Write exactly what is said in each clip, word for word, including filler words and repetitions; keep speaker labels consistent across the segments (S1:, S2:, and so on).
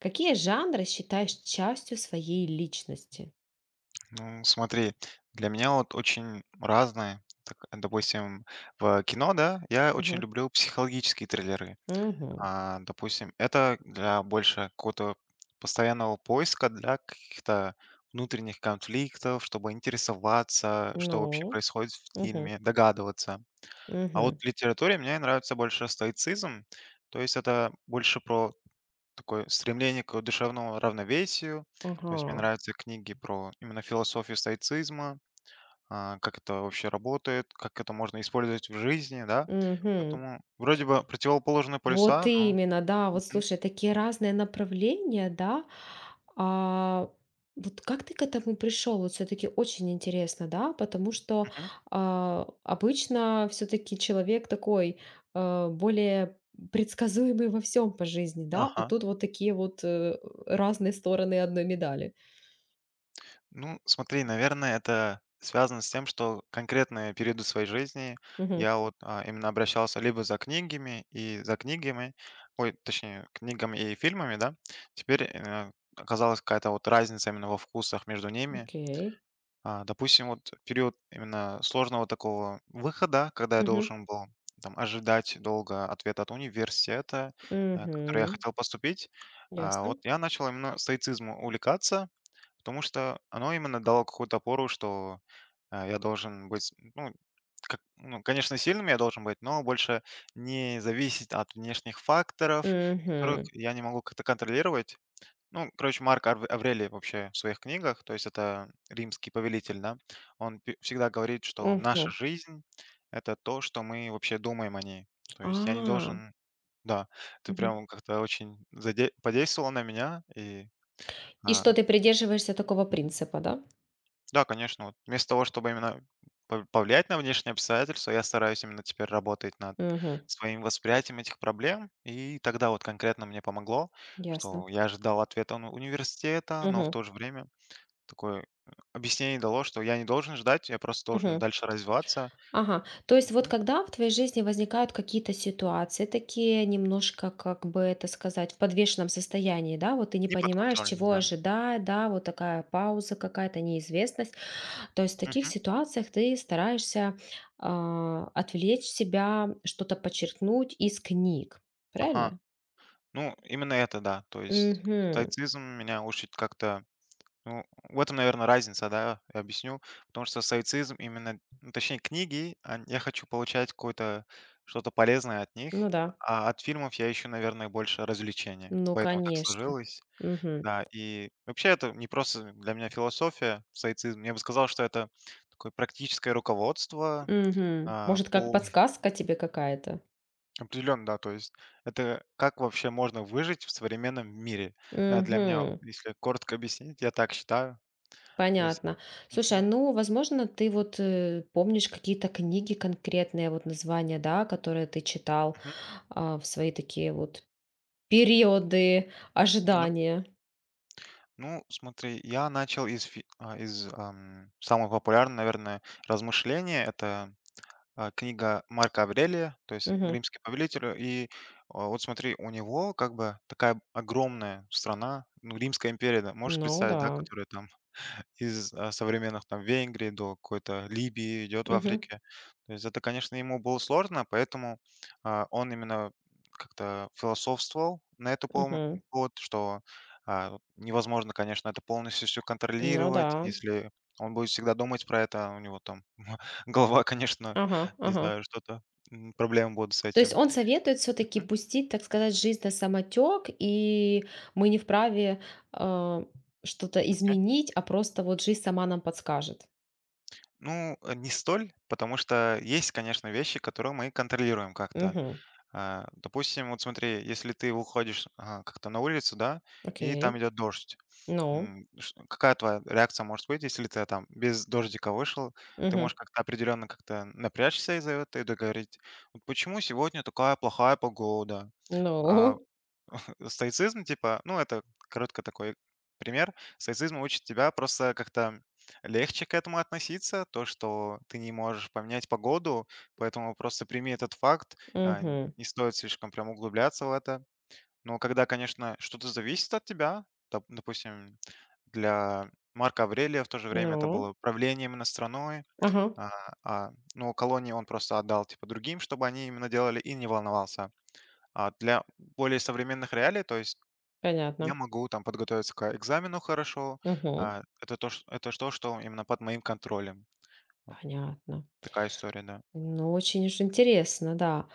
S1: Какие жанры считаешь частью своей личности?
S2: Ну, смотри, для меня вот очень разное. Так, допустим, в кино, да, я очень
S1: Мгм.
S2: люблю психологические триллеры.
S1: Мгм.
S2: А, допустим, это для больше какого-то постоянного поиска для каких-то внутренних конфликтов, чтобы интересоваться, что вообще
S1: Ну.
S2: происходит в
S1: Мгм.
S2: фильме, догадываться. А вот
S1: Мгм.
S2: в литературе мне нравится больше стоицизм, то есть это больше про такое стремление к душевному равновесию, то есть мне
S1: Ага.
S2: нравятся книги про именно философию стоицизма, а, как это вообще работает, как это можно использовать в жизни, да.
S1: Мгм.
S2: Поэтому вроде бы противоположные
S1: Вот
S2: полюса, но...
S1: именно, да. Вот
S2: Мгм,
S1: слушай, такие разные направления, да. А вот как ты к этому пришел? Вот все-таки очень интересно, да, потому что
S2: мгм.
S1: а, обычно все-таки человек такой э, более предсказуемый во всем по жизни, да, а
S2: Ага.
S1: тут вот такие вот э, разные стороны одной медали.
S2: Ну, смотри, наверное, это связано с тем, что конкретные периоды своей жизни я вот а, именно обращался либо за книгами и за книгами, ой, точнее, книгами и фильмами, да. Теперь э, оказалась какая-то вот разница именно во вкусах между ними.
S1: Окей.
S2: А, допустим, вот период именно сложного такого выхода, когда я
S1: Мгм.
S2: должен был там ожидать долго ответа от университета, э, который я
S1: Мгм.
S2: хотел поступить, а,
S1: Ясно.
S2: вот я начал именно стоицизмом увлекаться, потому что оно именно дало какую-то опору, что а, я должен быть, ну, как- ну, конечно, сильным я должен быть, но больше не зависеть от внешних факторов, которых
S1: Мгм.
S2: я не могу как-то контролировать. Ну, короче, Марк Арв- Аврелий вообще в своих книгах, то есть это римский повелитель, да, он пе- всегда говорит, что наша
S1: Мгм.
S2: жизнь — это то, что мы вообще думаем о ней. То есть я не
S1: А.
S2: должен... Да, ты
S1: Мгм.
S2: прям как-то очень заде... подействовал на меня. И,
S1: И что
S2: а,
S1: ты придерживаешься такого
S2: мгм.
S1: принципа, да?
S2: Да, конечно, вот вместо того, чтобы именно пов- повлиять на внешние обстоятельства, я стараюсь именно теперь работать над
S1: Мгм.
S2: своим восприятием этих проблем. И тогда вот конкретно мне помогло,
S1: Ясно.
S2: что я ожидал ответа ну, университета, но в
S1: Мгм.
S2: то же время такое, э, объяснение дало, что я не должен ждать, я просто должен
S1: Мгм.
S2: дальше развиваться.
S1: Ага. То есть вот
S2: Мгм.
S1: когда в твоей жизни возникают какие-то ситуации такие немножко, как бы это сказать, в подвешенном состоянии, да, вот ты не понимаешь,
S2: Неподконтрольный,
S1: чего
S2: да.
S1: ожидать, да, вот такая пауза какая-то, неизвестность, то есть в таких
S2: Мгм.
S1: ситуациях ты стараешься а, отвлечь себя, что-то подчеркнуть из книг,
S2: Ага.
S1: правильно?
S2: Ну, именно это, да. То есть
S1: Угу,
S2: стоицизм меня учит как-то... Ну, в этом, наверное, разница, да, я объясню. Потому что стоицизм именно, ну, точнее, книги, ань я хочу получать какое-то что-то полезное от них,
S1: ну да,
S2: а от фильмов я ищу, наверное, больше развлечения.
S1: ну
S2: Поэтому так
S1: конечно.
S2: сложилось.
S1: Угу,
S2: Да, и вообще это не просто для меня философия, стоицизм. Я бы сказал, что это такое практическое руководство
S1: угу,
S2: а,
S1: может, как
S2: по
S1: подсказка тебе какая-то?
S2: определенно, да, то есть это как вообще можно выжить в современном мире. Э, Для меня, вот,
S1: Угу.
S2: если коротко объяснить, я так считаю. То есть,
S1: Понятно. Слушай, а
S2: мгм.
S1: ну, возможно, ты вот э, помнишь какие-то книги конкретные, вот названия, да, которые ты читал
S2: Мгм.
S1: а, в свои такие вот периоды
S2: Да.
S1: ожидания.
S2: Ну, смотри, я начал из, фи- а, из ам, самого популярного, наверное, размышления. Это а, книга Марка Аврелия, то есть
S1: Мгм.
S2: римский повелитель. И а, вот смотри, у него как бы такая огромная страна, ну, Римская империя, да, можешь
S1: Ну
S2: представить, да,
S1: да.
S2: которая там из, а, современных там Венгрии до какой-то Либии идет в
S1: Мгм.
S2: Африке. То есть это, конечно, ему было сложно, поэтому, а, он именно как-то философствовал на эту пом
S1: Мгм.
S2: повод, что, а, невозможно, конечно, это полностью все
S1: Ну
S2: контролировать.
S1: да.
S2: Если он будет всегда думать про это, а у него там голова, конечно,
S1: Ага,
S2: не
S1: ага.
S2: знаю, что-то, м, проблемы будут с
S1: То есть
S2: этим.
S1: он советует все-таки
S2: Мгм.
S1: пустить, так сказать, жизнь на самотек, и мы не вправе а, что-то
S2: Окей.
S1: изменить, а просто вот жизнь сама нам подскажет.
S2: Ну, э, не столь, потому что есть, конечно, вещи, которые мы контролируем как-то.
S1: Угу.
S2: А, допустим, вот смотри, если ты выходишь, а, как-то на улицу, да, и там
S1: Окей.
S2: идет дождь.
S1: Ну.
S2: М, ш какая твоя реакция может быть, если ты там без дождика вышел? Ты
S1: Угу.
S2: можешь как-то определенно как-то напрячься из-за этого и договорить: "Вот почему сегодня такая плохая погода? А
S1: Ну.
S2: Стоицизм, типа, ну, это коротко такой пример. Стоицизм учит тебя просто как-то легче к этому относиться, то, что ты не можешь поменять погоду, поэтому просто прими этот факт, а, н-
S1: Мгм.
S2: не стоит слишком прям углубляться в это. Но когда, конечно, что-то зависит от тебя, доп- допустим, для Марка Аврелия в то же время это
S1: Ну,
S2: было правление именно страной,
S1: ага,
S2: а, а, ну, колонии он просто отдал, типа, другим, чтобы они именно делали, и не волновался. А для более современных реалий, то есть я
S1: понятно.
S2: могу там подготовиться к экзамену хорошо.
S1: Мгм.
S2: А, это то, ш это то, что именно под моим контролем. Вот
S1: Понятно.
S2: такая история, да.
S1: Ну, очень уж интересно, да.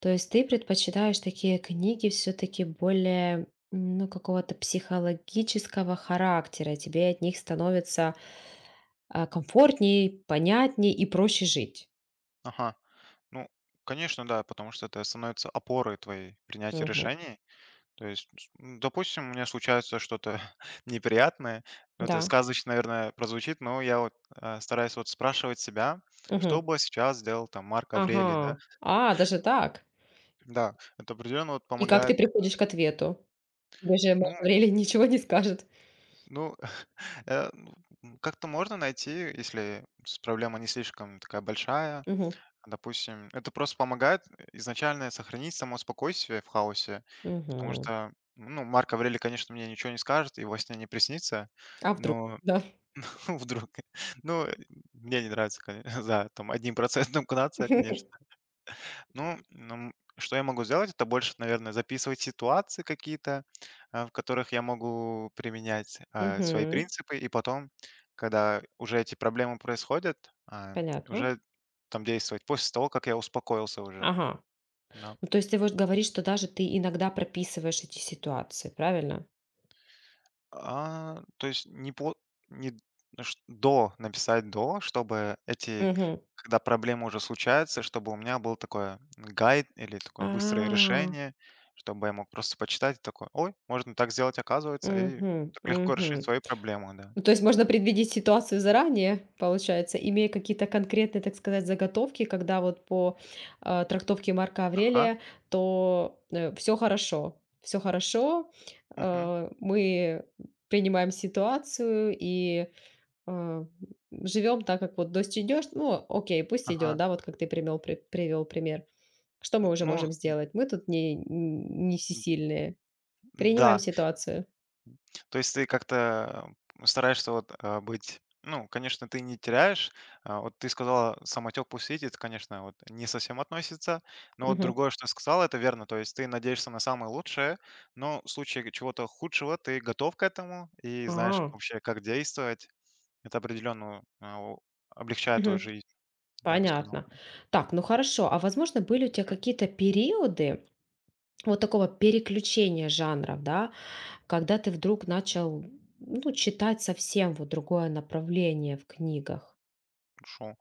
S1: То есть ты
S2: Мгм.
S1: предпочитаешь такие книги все-таки более, м, ну, какого-то психологического характера. Тебе от них становится а, комфортней, понятней и проще жить.
S2: Ага. Ну, конечно, да, потому что это становится опорой твоей принятия
S1: Мгм.
S2: решений. То есть, с м, допустим, у меня случается что-то неприятное. Ну, это
S1: Да.
S2: сказочно, наверное, прозвучит, но я вот, а, стараюсь вот спрашивать себя, что
S1: Мгм.
S2: бы сейчас сделал там Марк Аврелий, да?
S1: Ага. А, даже так.
S2: Да, это определенно вот
S1: И как
S2: помогает.
S1: ты приходишь к ответу? Тебе же
S2: Ну
S1: Марк Аврелий ничего не скажет.
S2: ну Э, ну, м, как-то можно найти, если с проблема не слишком такая большая.
S1: Мгм.
S2: Допустим, это просто помогает э, изначально сохранить само спокойствие в хаосе, потому
S1: Мгм.
S2: что, ну, Марк Аврелий, конечно, мне ничего не скажет и во сне не приснится,
S1: А вдруг?
S2: но
S1: Да.
S2: вдруг, ну, э, мне не нравится, коне- за там один процент нация, конечно. Ну, нам что я могу сделать, это больше, наверное, записывать ситуации какие-то, а, в которых я могу применять, а, свои
S1: Мгм.
S2: принципы. И потом, когда уже эти проблемы происходят, а,
S1: Понятно.
S2: уже там действовать после того, как я успокоился уже.
S1: Ага.
S2: Да.
S1: Ну, то есть ты вот говоришь, что даже ты иногда прописываешь эти ситуации, правильно?
S2: А, то есть не по не ш до, написать до, чтобы эти
S1: Мгм.
S2: когда проблемы уже случаются, чтобы у меня был такой гайд или такое быстрое
S1: А.
S2: решение, чтобы я мог просто почитать и такой: "Ой, можно так сделать, оказывается". И
S1: Мгм,
S2: так легко решить
S1: мгм.
S2: свою проблему, да.
S1: Ну, то есть можно предвидеть ситуацию заранее, получается, имея какие-то конкретные, так сказать, заготовки, когда вот по, а, трактовке Марка
S2: Ага,
S1: Аврелия, то, все хорошо, все хорошо,
S2: мгм,
S1: э, мы принимаем ситуацию и э, живем так, как вот дождь идешь, ну, окей, пусть идет,
S2: ага.
S1: да, вот как ты привел, привел пример. Что мы уже
S2: Ну
S1: можем сделать? Мы тут не, не всесильные. Принимаем
S2: да.
S1: ситуацию.
S2: То есть ты как-то стараешься вот, а, быть... ну, конечно, ты не теряешь. А, вот ты сказала, самотек пусть едет, конечно, вот не совсем относится. Но вот
S1: Мгм.
S2: другое, что сказала, это верно. То есть ты надеешься на самое лучшее, но в случае чего-то худшего ты готов к этому и знаешь
S1: А,
S2: вообще, как действовать. Это определенно а, о- облегчает твою
S1: мгм.
S2: жизнь, я бы сказал.
S1: Понятно. Так, ну хорошо. А возможно, были у тебя какие-то периоды вот такого переключения жанров, да, когда ты вдруг начал, ну, читать совсем вот другое направление в книгах?
S2: Хорошо.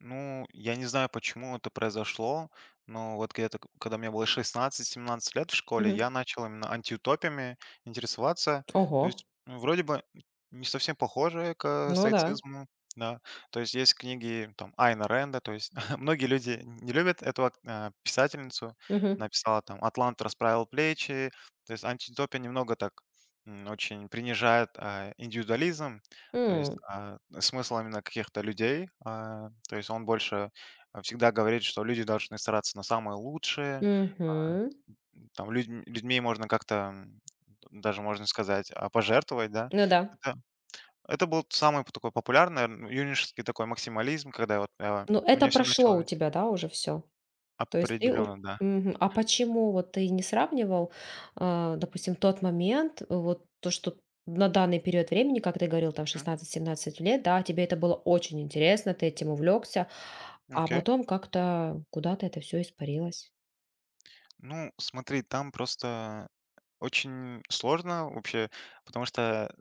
S2: Ну, я не знаю, почему это произошло, но вот где-то, к- когда мне было шестнадцать семнадцать лет в школе,
S1: Мгм.
S2: я начал именно антиутопиями интересоваться. То
S1: Ого.
S2: есть, ну, вроде бы не совсем похоже к
S1: Ну да.
S2: стоицизму, да. То есть есть книги там Айна Ренда, то есть многие люди не любят эту ак- а, писательницу.
S1: Угу.
S2: Она писала там «Атлант расправил плечи». То есть антиутопия немного так м, очень принижает а, индивидуализм, то есть, а, смысл именно каких-то людей. А, то есть он больше а, всегда говорит, что люди должны стараться на самое лучшее.
S1: Угу.
S2: Там людь- людьми можно как-то, м, даже можно сказать, а, пожертвовать, да.
S1: Ну да.
S2: Это, это был самый такой популярный м, юношеский такой максимализм, когда вот а,
S1: Ну,
S2: у
S1: это
S2: меня все
S1: прошло у
S2: началось.
S1: тебя, да, уже все. То есть ты уж.
S2: Определенно, да.
S1: Мгм. А почему вот ты не сравнивал, а, допустим, тот момент, э, вот то, что на данный период времени, как ты говорил, там
S2: Мгм.
S1: шестнадцать-семнадцать лет, да, тебе это было очень интересно, ты этим увлекся, а
S2: Окей.
S1: потом как-то куда-то это все испарилось?
S2: Ну, смотри, там просто очень сложно вообще, потому что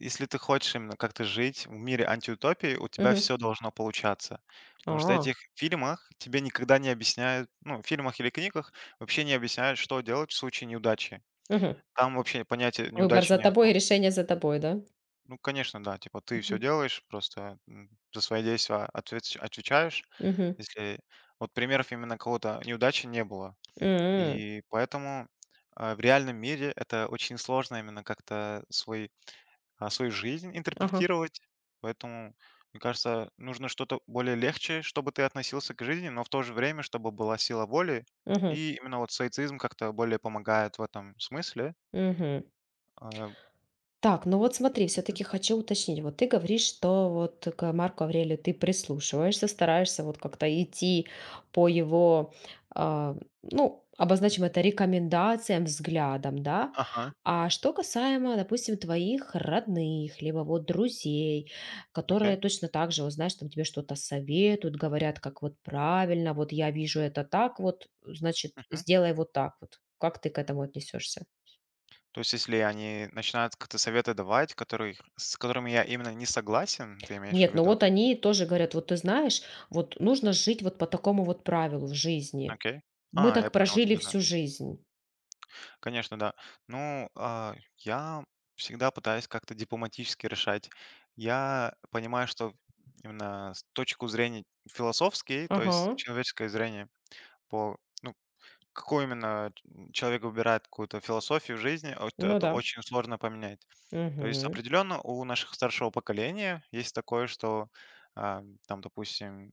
S2: если ты хочешь именно как-то жить в мире антиутопии, у тебя
S1: Мгм.
S2: все должно получаться. Потому что в
S1: А,
S2: этих фильмах тебе никогда не объясняют, ну, в фильмах или книгах вообще не объясняют, что делать в случае неудачи.
S1: мгм.
S2: Там вообще понятия
S1: Выбор
S2: неудачи
S1: за тобой
S2: нету.
S1: и решение за тобой, да?
S2: Ну, конечно, да, типа ты все
S1: Мгм.
S2: делаешь, просто, м, за свои действия ответс отвечаешь.
S1: Мгм.
S2: Если вот примеров именно кого то неудачи не было.
S1: М.
S2: И поэтому, а, в реальном мире это очень сложно именно как-то свой, а, свою жизнь
S1: Ага.
S2: интерпретировать. Поэтому, мне кажется, нужно что-то более легче, чтобы ты относился к жизни, но в то же время, чтобы была сила воли.
S1: Мгм.
S2: И именно вот стоицизм как-то более помогает в этом смысле.
S1: Мгм.
S2: А,
S1: Так, ну вот смотри, все-таки хочу уточнить. Вот ты говоришь, что вот к Марку Аврелию ты прислушиваешься, стараешься вот как-то идти по его, а, ну, обозначим это рекомендациям, взглядам, да?
S2: ага,
S1: А что касаемо, допустим, твоих родных, либо вот друзей, которые
S2: окей.
S1: точно так же, вот знаешь, там тебе что-то советуют, говорят, как вот правильно, вот я вижу это так, вот, значит,
S2: Мгм.
S1: сделай вот так вот. Как ты к этому отнесешься?
S2: То есть, если они начинают как-то советы давать, которые с которыми я именно не согласен, ты имеешь в
S1: Нет, ну
S2: виду?
S1: вот они тоже говорят: "Вот ты
S2: Мгм.
S1: знаешь, вот нужно жить вот по такому вот правилу в жизни.
S2: Окей.
S1: Мы
S2: А, я
S1: так
S2: понял
S1: прожили
S2: тебя, да.
S1: всю жизнь".
S2: Конечно, да. Ну, а, я всегда пытаюсь как-то дипломатически решать. Я понимаю, что именно с точку зрения философской, то есть
S1: Ага,
S2: человеческое зрение по... ну, какую именно ч- человек выбирает какую-то философию в жизни, о- это,
S1: ну
S2: это
S1: да.
S2: очень сложно поменять. То есть
S1: Мгм,
S2: определенно у наших старшего поколения есть такое, что а, там, допустим,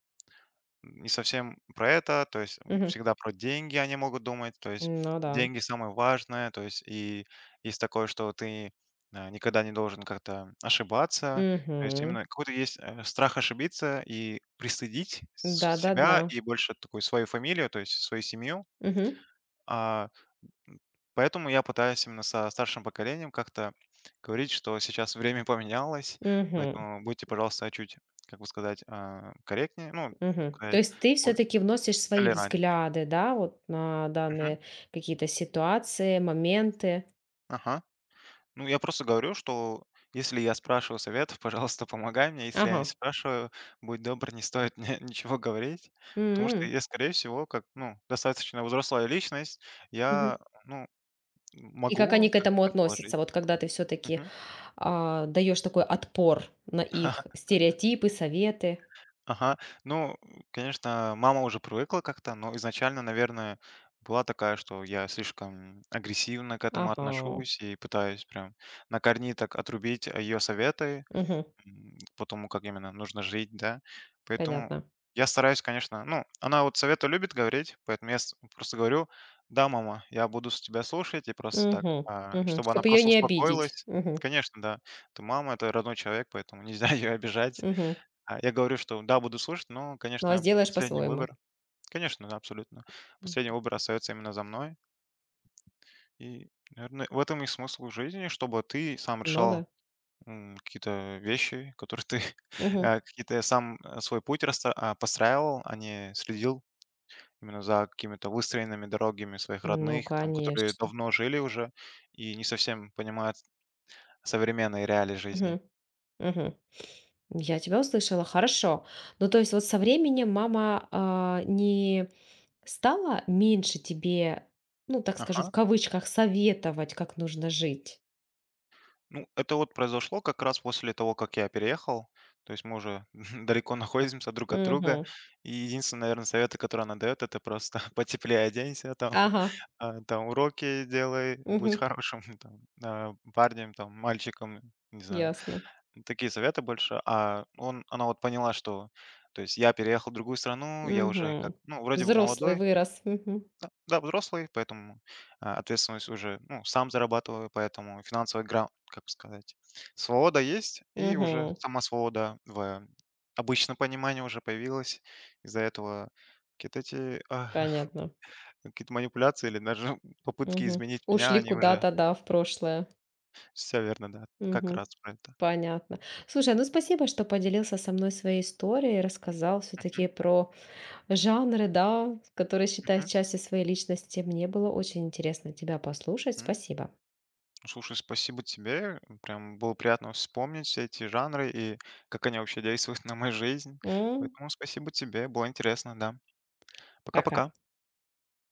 S2: не совсем про это, то есть
S1: мгм.
S2: всегда про деньги они могут думать, то есть
S1: Ну да.
S2: деньги самое важное, то есть и есть такое, что ты, а, никогда не должен как-то ошибаться. То есть
S1: Мгм.
S2: именно какой-то есть, э, страх ошибиться и пристыдить с
S1: Да-да-да.
S2: себя и больше такую свою фамилию, то есть свою семью.
S1: Мгм,
S2: А, м, поэтому я пытаюсь именно со старшим поколением как-то говорить, что сейчас время поменялось,
S1: мгм,
S2: поэтому будьте, пожалуйста, чуть, как бы сказать, а, корректнее. Ну,
S1: мгм. То
S2: сказать,
S1: есть ты все таки вносишь свои
S2: Толеран...
S1: взгляды, да, вот на
S2: Мгм.
S1: данные какие-то ситуации, моменты?
S2: Ага. Ну, я просто говорю, что если я спрашиваю советов, пожалуйста, помогай мне. Если я
S1: Ага.
S2: не спрашиваю, будь добр, не стоит мне ничего говорить. Потому что
S1: М.
S2: я, скорее всего, как, ну, достаточно взрослая личность, я,
S1: Мгм.
S2: ну,
S1: И как
S2: могу
S1: они к
S2: как-то
S1: этому
S2: предположить.
S1: относятся, вот когда ты все-таки
S2: Мгм.
S1: а, даешь такой отпор на их стереотипы, советы.
S2: Ага. Ну, конечно, мама уже привыкла как-то, но изначально, наверное, была такая, что я слишком агрессивно к этому
S1: Ага.
S2: отношусь и пытаюсь прям на корни так отрубить ее советы.
S1: Мгм.
S2: М, по тому, как именно нужно жить, да. Поэтому
S1: Понятно.
S2: я стараюсь, конечно... ну, она вот советы любит говорить, поэтому я с просто говорю: "Да, мама, я буду с тебя слушать". И просто так,
S1: Мгм.
S2: а,
S1: Мгм.
S2: чтобы она
S1: Ее
S2: просто
S1: не обидеть.
S2: успокоилась.
S1: Мгм.
S2: Конечно, да. Ты мама, это родной человек, поэтому нельзя ее обижать.
S1: Мгм.
S2: А, я говорю, что да, буду слушать, но,
S1: Ну, а
S2: конечно,
S1: сделаешь
S2: последний
S1: по-своему.
S2: выбор... конечно, да, абсолютно.
S1: М.
S2: Последний выбор остается именно за мной. И, наверное, в этом и смысл жизни, чтобы ты сам
S1: Ну
S2: решал
S1: да.
S2: м, какие-то вещи, которые ты
S1: Мгм.
S2: э, какие-то я сам э, свой путь расста- а, постраивал, а не следил именно за какими-то выстроенными дорогами своих
S1: Ну,
S2: родных, там, которые
S1: конечно.
S2: давно жили уже и не совсем понимают современные реалии жизни.
S1: Мгм. Мгм. Я тебя услышала, хорошо. Ну, то есть вот со временем мама а, не стала меньше тебе, ну, так скажу, в
S2: Ага.
S1: кавычках советовать, как нужно жить.
S2: Ну, это вот произошло как раз после того, как я переехал. То есть мы уже далеко находимся друг от друга.
S1: Мгм.
S2: И единственный, наверное, совет, который она дает, это просто потеплее оденься, там,
S1: Ага.
S2: А, там уроки делай, будь
S1: Мгм.
S2: хорошим там, а, парнем, там, мальчиком, не знаю.
S1: Ясно.
S2: Такие советы больше. А он, она вот поняла, что, то есть я переехал в другую страну, я уже как,
S1: Мгм.
S2: ну, вроде бы
S1: Взрослый
S2: молодой,
S1: вырос. Мгм.
S2: да, взрослый, поэтому а, ответственность уже, ну, сам зарабатываю, поэтому финансовая гра, как бы сказать, свобода есть, и уже
S1: Мгм.
S2: сама свобода в обычном понимании уже появилась. Из-за этого какие-то эти а,
S1: Понятно.
S2: какие-то манипуляции или даже попытки
S1: Мгм.
S2: изменить меня,
S1: Ушли
S2: они уже...
S1: куда-то, да, в прошлое.
S2: Все верно, да. Как
S1: Мгм.
S2: раз про это.
S1: Понятно. Слушай, ну спасибо, что поделился со мной своей историей, рассказал все-таки
S2: Мгм,
S1: про жанры, да, которые считаешь
S2: мгм,
S1: частью своей личности. Мне было очень интересно тебя послушать.
S2: м.
S1: Спасибо.
S2: Слушай, спасибо тебе. Прям было приятно вспомнить все эти жанры и как они вообще действуют на мою жизнь.
S1: М,
S2: Поэтому спасибо тебе, было интересно, да.
S1: пока.
S2: Пока-пока.